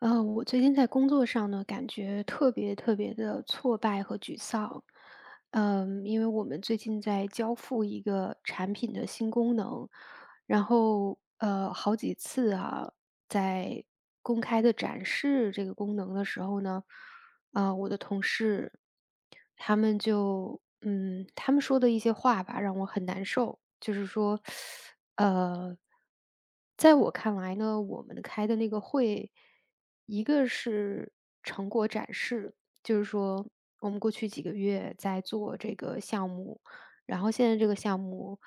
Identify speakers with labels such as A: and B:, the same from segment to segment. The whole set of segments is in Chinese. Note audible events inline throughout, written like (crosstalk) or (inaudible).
A: 我最近在工作上呢，感觉特别特别的挫败和沮丧。因为我们最近在交付一个产品的新功能，然后好几次啊，在公开的展示这个功能的时候呢，啊、我的同事他们说的一些话吧，让我很难受。就是说，呃，在我看来呢，我们开的那个会，一个是成果展示，就是说我们过去几个月在做这个项目，然后现在这个项目，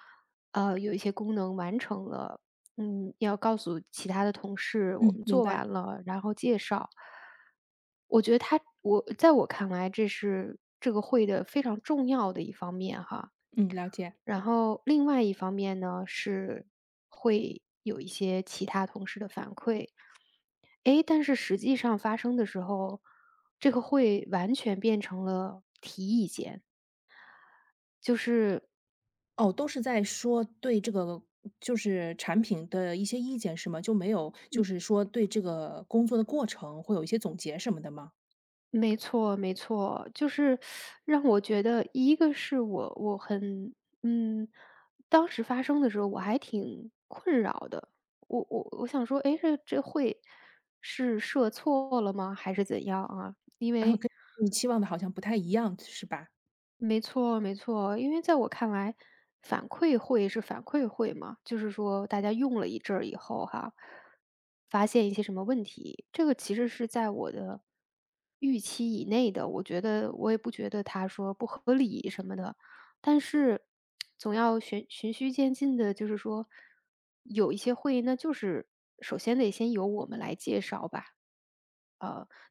A: 有一些功能完成了，要告诉其他的同事我
B: 嗯，
A: 们
B: 明
A: 做
B: 白。
A: 完了，然后介绍。我觉得他，我在我看来，这是这个会的非常重要的一方面哈。
B: 嗯，了解。
A: 然后另外一方面呢，是会有一些其他同事的反馈。诶，但是实际上发生的时候，这个会完全变成了提意见，就是
B: 哦，都是在说对这个产品的一些意见是吗？就没有对这个工作的过程会有一些总结什么的吗？
A: 没错没错，就是让我觉得一个是我很嗯，当时发生的时候我还挺困扰的。我想说，哎，这会是设错了吗？还是怎样啊？因
B: (laughs) 然后
A: 为
B: 跟你期望的好像不太一样，是吧？
A: 没错没错，因为在我看来，反馈会是反馈会嘛，就是说大家用了一阵儿以后哈，发现一些什么问题，这个其实是在我的预期以内的，我觉得我也不觉得他说不合理什么的，但是总要循序渐进的，就是说有一些会那就是首先得先由我们来介绍吧。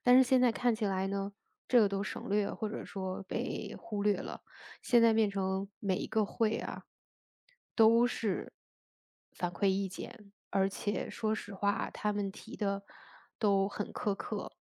A: 但是现在看起来呢，这个都省略或者说被忽略了。现在变成每一个会啊，都是反馈意见，而且说实话，他们提的都很苛刻。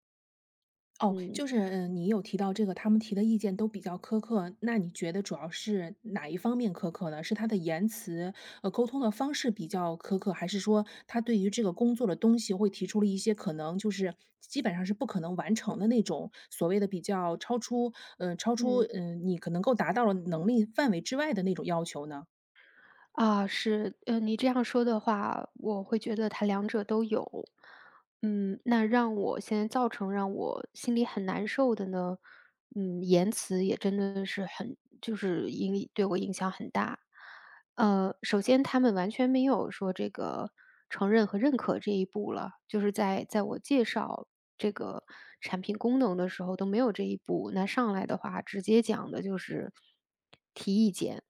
B: 哦，
A: 嗯
B: 你有提到这个，他们提的意见都比较苛刻，那你觉得主要是哪一方面苛刻呢？是他的言辞，沟通的方式比较苛刻，还是说他对于这个工作的东西会提出了一些可能基本上是不可能完成的那种，所谓的比较超出
A: 嗯，
B: 你可能够达到了能力范围之外的那种要求呢？
A: 啊，是，你这样说的话，我会觉得它两者都有。那让我现在造成让我心里很难受的呢，言辞也真的是很，就是对我影响很大。首先他们完全没有说这个承认和认可这一步了，就是在我介绍这个产品功能的时候都没有这一步。那上来的话，直接讲的就是提意见，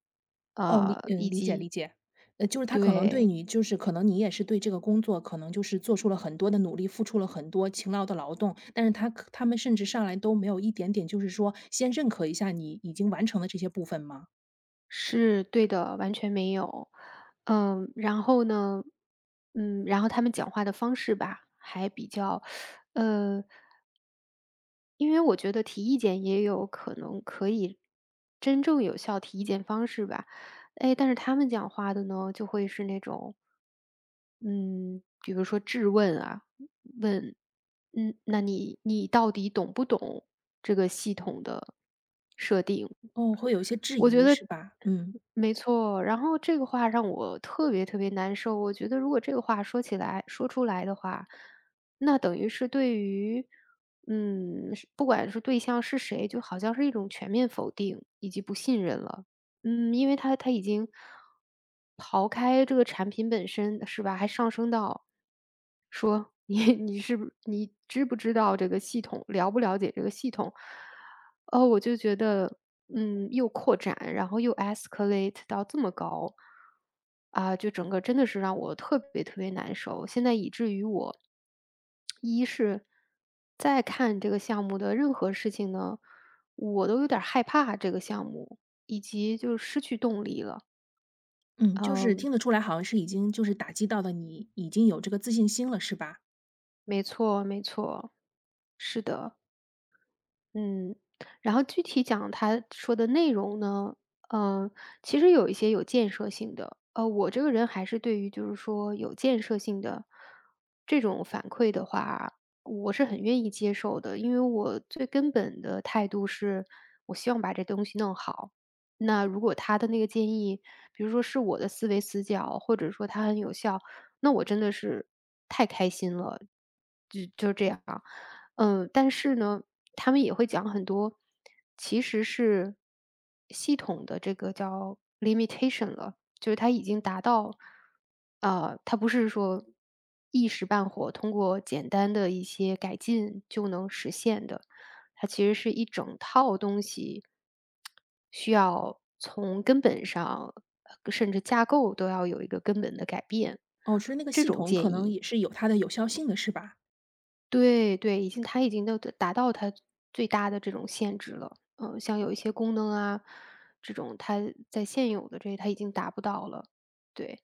A: 呃，以
B: 理解理
A: 及
B: 解。呃，他可能对
A: 对，
B: 你可能你也是对这个工作可能做出了很多的努力，付出了很多勤劳的劳动，但是他们甚至上来都没有一点点先认可一下你已经完成的这些部分吗？
A: 是对的，完全没有。然后呢，然后他们讲话的方式吧，还比较，呃，因为我觉得提意见也有可能可以真正有效提意见方式吧，哎，但是他们讲话的呢，就会是那种，嗯，比如说质问啊，问，那你到底懂不懂这个系统的设定？
B: 哦，会有一些质
A: 我觉
B: 疑
A: 得
B: 是吧？嗯，
A: 没错，然后这个话让我特别特别难受。我觉得如果这个话说起来说出来的话，那等于是对于是不管是对象是谁，就好像是一种全面否定以及不信任了。因为他已经刨开这个产品本身，是吧？还上升到说你知不知道这个系统，了不了解这个系统。哦，我就觉得，又扩展，然后又 escalate 到这么高，啊，就整个真的是让我特别特别难受。现在以至于我，一是在看这个项目的任何事情呢，我都有点儿害怕这个项目，以及就失去动力了。
B: 嗯，就是
A: 嗯，
B: 听得出来好像是已经就是打击到的你已经有这个自信心了是吧？
A: 没错，没错，是的。嗯，然后具体讲他说的内容呢，嗯，其实有一些有建设性的。我这个人还是对于就是说有建设性的这种反馈的话，我是很愿意接受的，因为我最根本的态度是，我希望把这东西弄好。那如果他的那个建议，比如说是我的思维死角，或者说他很有效，那我真的是太开心了，就这样。啊。但是呢，他们也会讲很多，其实是系统的这个叫 limitation 了，就是它已经达到，它不是说一时半会通过简单的一些改进就能实现的，它其实是一整套东西，需要从根本上，甚至架构都要有一个根本的改变，
B: 哦，是那个
A: 这
B: 系
A: 种
B: 统可
A: 建
B: 能也
A: 议。
B: 是有它的有效性的是吧？
A: 对对，它已经都达到它最大的这种限制了。嗯，像有一些功能啊，这种它在现有的它已经达不到了。对，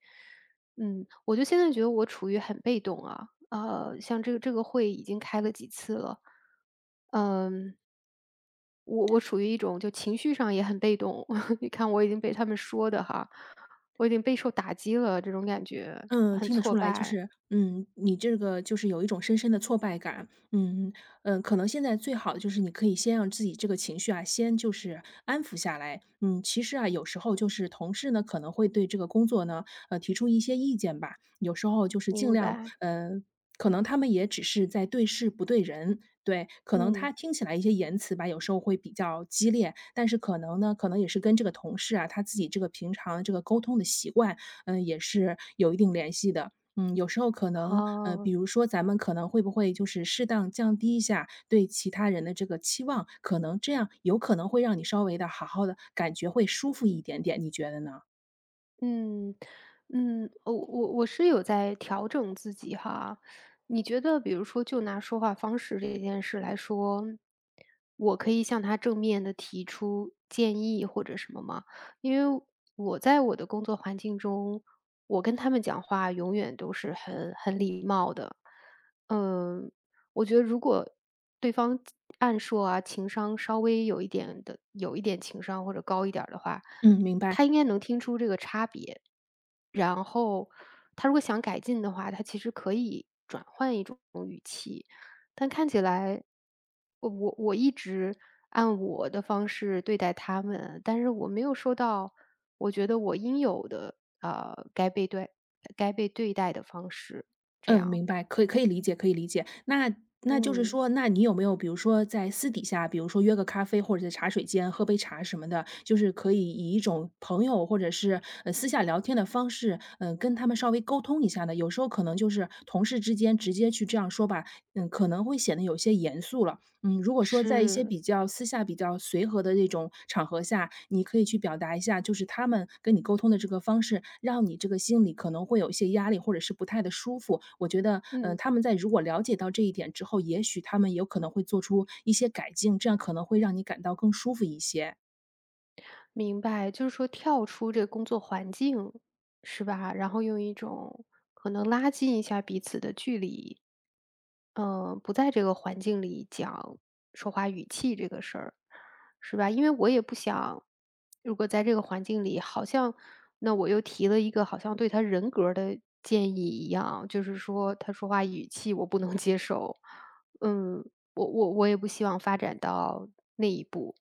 A: 我就现在觉得我处于很被动啊，像这个会已经开了几次了，嗯，我处于一种就情绪上也很被动，(laughs) 你看我已经被他们说的哈，我已经备受打击了，这种感觉
B: 嗯，
A: 很
B: 听得
A: 挫
B: 出来，
A: 败，
B: 你这个有一种深深的挫败感。嗯可能现在最好的就是你可以先让自己这个情绪啊，先安抚下来。嗯，其实啊，有时候就是同事呢可能会对这个工作呢，提出一些意见吧，有时候就是尽
A: 明
B: 量，
A: 白，
B: 呃，可能他们也只是在对事不对人，对，可能
A: 嗯，
B: 他听起来一些言辞吧，有时候会比较激烈，但是可能呢，可能也是跟这个同事啊，他自己这个平常这个沟通的习惯，嗯，也是有一定联系的。嗯，有时候可能，比
A: 好。
B: 如说咱们可能会不会适当降低一下对其他人的这个期望，可能这样有可能会让你稍微的感觉会舒服一点点，你觉得呢？
A: 嗯，我是有在调整自己哈。你觉得比如说就拿说话方式这件事来说，我可以向他正面的提出建议或者什么吗？因为我在我的工作环境中，我跟他们讲话永远都是很很礼貌的。嗯，我觉得如果对方按说啊，情商稍微有一点情商或者高一点儿的话
B: 嗯，明
A: 他
B: 白。
A: 应该能听出这个差别。然后他如果想改进的话，他其实可以转换一种语气，但看起来我一直按我的方式对待他们，但是我没有收到我觉得我应有的，呃，该被对该被对待的方式，这
B: 嗯，
A: 样。
B: 明白，可以理解，可以理解。那就是
A: 嗯，
B: 说，那你有没有比如说在私底下，比如说约个咖啡，或者在茶水间喝杯茶什么的，就是可以以一种朋友或者是私下聊天的方式，嗯、跟他们稍微沟通一下呢？有时候可能就是同事之间直接去这样说吧，嗯，可能会显得有些严肃了。嗯，如果说在一些
A: 是。
B: 比较私下、比较随和的这种场合下，你可以去表达一下，就是他们跟你沟通的这个方式，让你这个心里可能会有一些压力，或者是不太的舒服。我觉得，嗯，
A: 嗯。
B: 他们如果了解到这一点之后，也许他们有可能会做出一些改进，这样可能会让你感到更舒服一些。
A: 明白，就是说跳出这个工作环境，是吧？然后用一种可能拉近一下彼此的距离，不在这个环境里讲说话语气这个事儿，是吧？因为我也不想，如果在这个环境里，好像那我又提了一个好像对他人格儿的建议一样，就是说他说话语气我不能接受，嗯，我也不希望发展到那一步，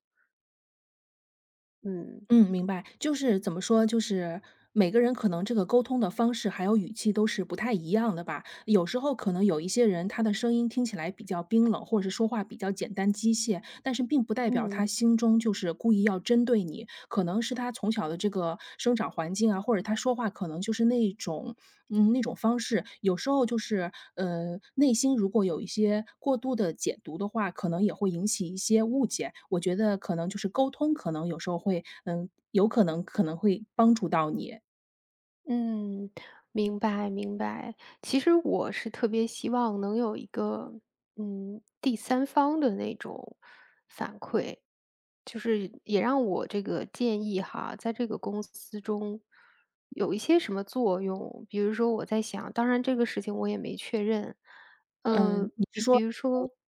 A: 嗯
B: 嗯，明白。就是怎么说，就是每个人可能这个沟通的方式还有语气都是不太一样的吧。有时候可能有一些人，他的声音听起来比较冰冷，或者是说话比较简单机械，但是并不代表他
A: 嗯。
B: 心中就是故意要针对你。可能是他从小的这个生长环境啊，或者他说话可能就是那种那种方式，有时候内心如果有一些过度的解读的话，可能也会引起一些误解。我觉得可能就是沟通，可能有时候会，嗯，有可能会帮助到你。
A: 嗯，明白明白。其实我是特别希望能有一个，第三方的那种，就是也让我这个建议哈，在这个公司中有一些什么作用。比如说我在想，当然这个事情我也没确认，
B: 嗯，
A: 嗯。
B: 你是说，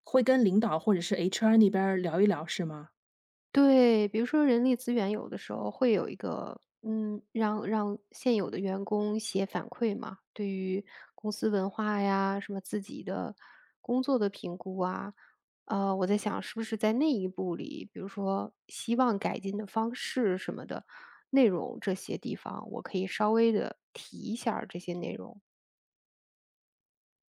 B: 会跟领导或者是 HR 那边儿聊一聊是吗？
A: 对，比如说人力资源有的时候会有一个，让现有的员工写反馈嘛，对于公司文化呀，什么自己的工作的评估啊，我在想是不是在那一步里，比如说希望改进的方式什么的，内容这些地方，我可以稍微的提一下儿这些内容，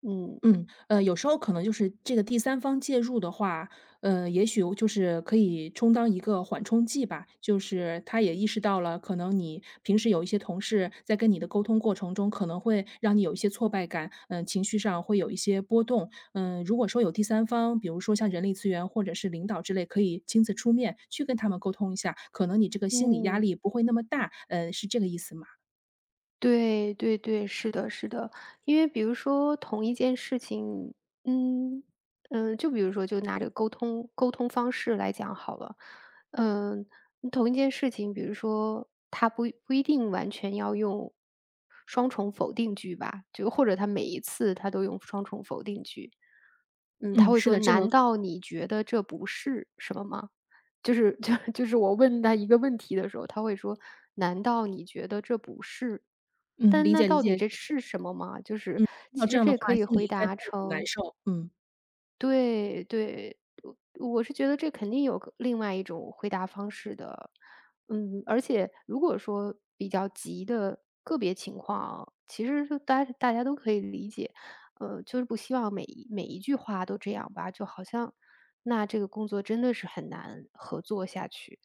A: 嗯。
B: 嗯，有时候可能就是这个第三方介入的话，也许就是可以充当一个缓冲剂吧。就是他也意识到了，可能你平时有一些同事在跟你的沟通过程中，可能会让你有一些挫败感，嗯、情绪上会有一些波动。嗯、如果说有第三方，比如说像人力资源或者是领导之类，可以亲自出面去跟他们沟通一下，可能你这个心理压
A: 嗯。
B: 力不会那么大。嗯，是这个意思吗？
A: 对对对，是的，是的。因为比如说同一件事情，嗯就比如说就拿这个沟通方式来讲好了，嗯，同一件事情，比如说它不一定完全要用双重否定句吧，就或者他每一次他都用双重否定句，他
B: 嗯，
A: 会
B: 是
A: 说：
B: 的，这
A: “难
B: 个，
A: 道你觉得这不是什么吗？”就是就 (laughs) 就是我问他一个问题的时候，他会说：“难道你觉得这不是？”
B: 嗯，
A: 但
B: 理
A: 那
B: 解理
A: 到底
B: 解。
A: 这是什么吗？”就是
B: 听到
A: 其
B: 这
A: 实
B: 样的
A: 这可
B: 话，
A: 以
B: 心里应
A: 回
B: 该都
A: 答
B: 会很难
A: 成
B: 受。嗯。
A: 对对，我我是觉得这肯定有个另外一种回答方式的。而且如果说比较急的个别情况啊其实就大家都可以理解。就是不希望每一句话都这样吧，就好像那这个工作真的是很难合作下去。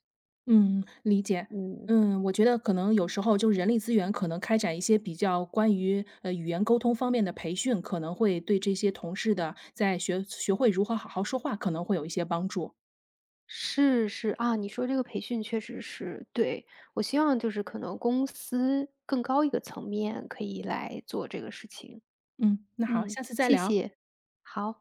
B: 嗯，理解。
A: 嗯，
B: 嗯，我觉得可能有时候就人力资源可能开展一些比较关于语言沟通方面的培训，可能会对这些同事的学会如何好好说话，可能会有一些帮助。
A: 是是，啊，你说这个培训确实是，对。我希望就是可能公司更高一个层面可以来做这个事情。
B: 嗯，那好，
A: 嗯，
B: 下次再
A: 谢
B: 聊。
A: 谢，好。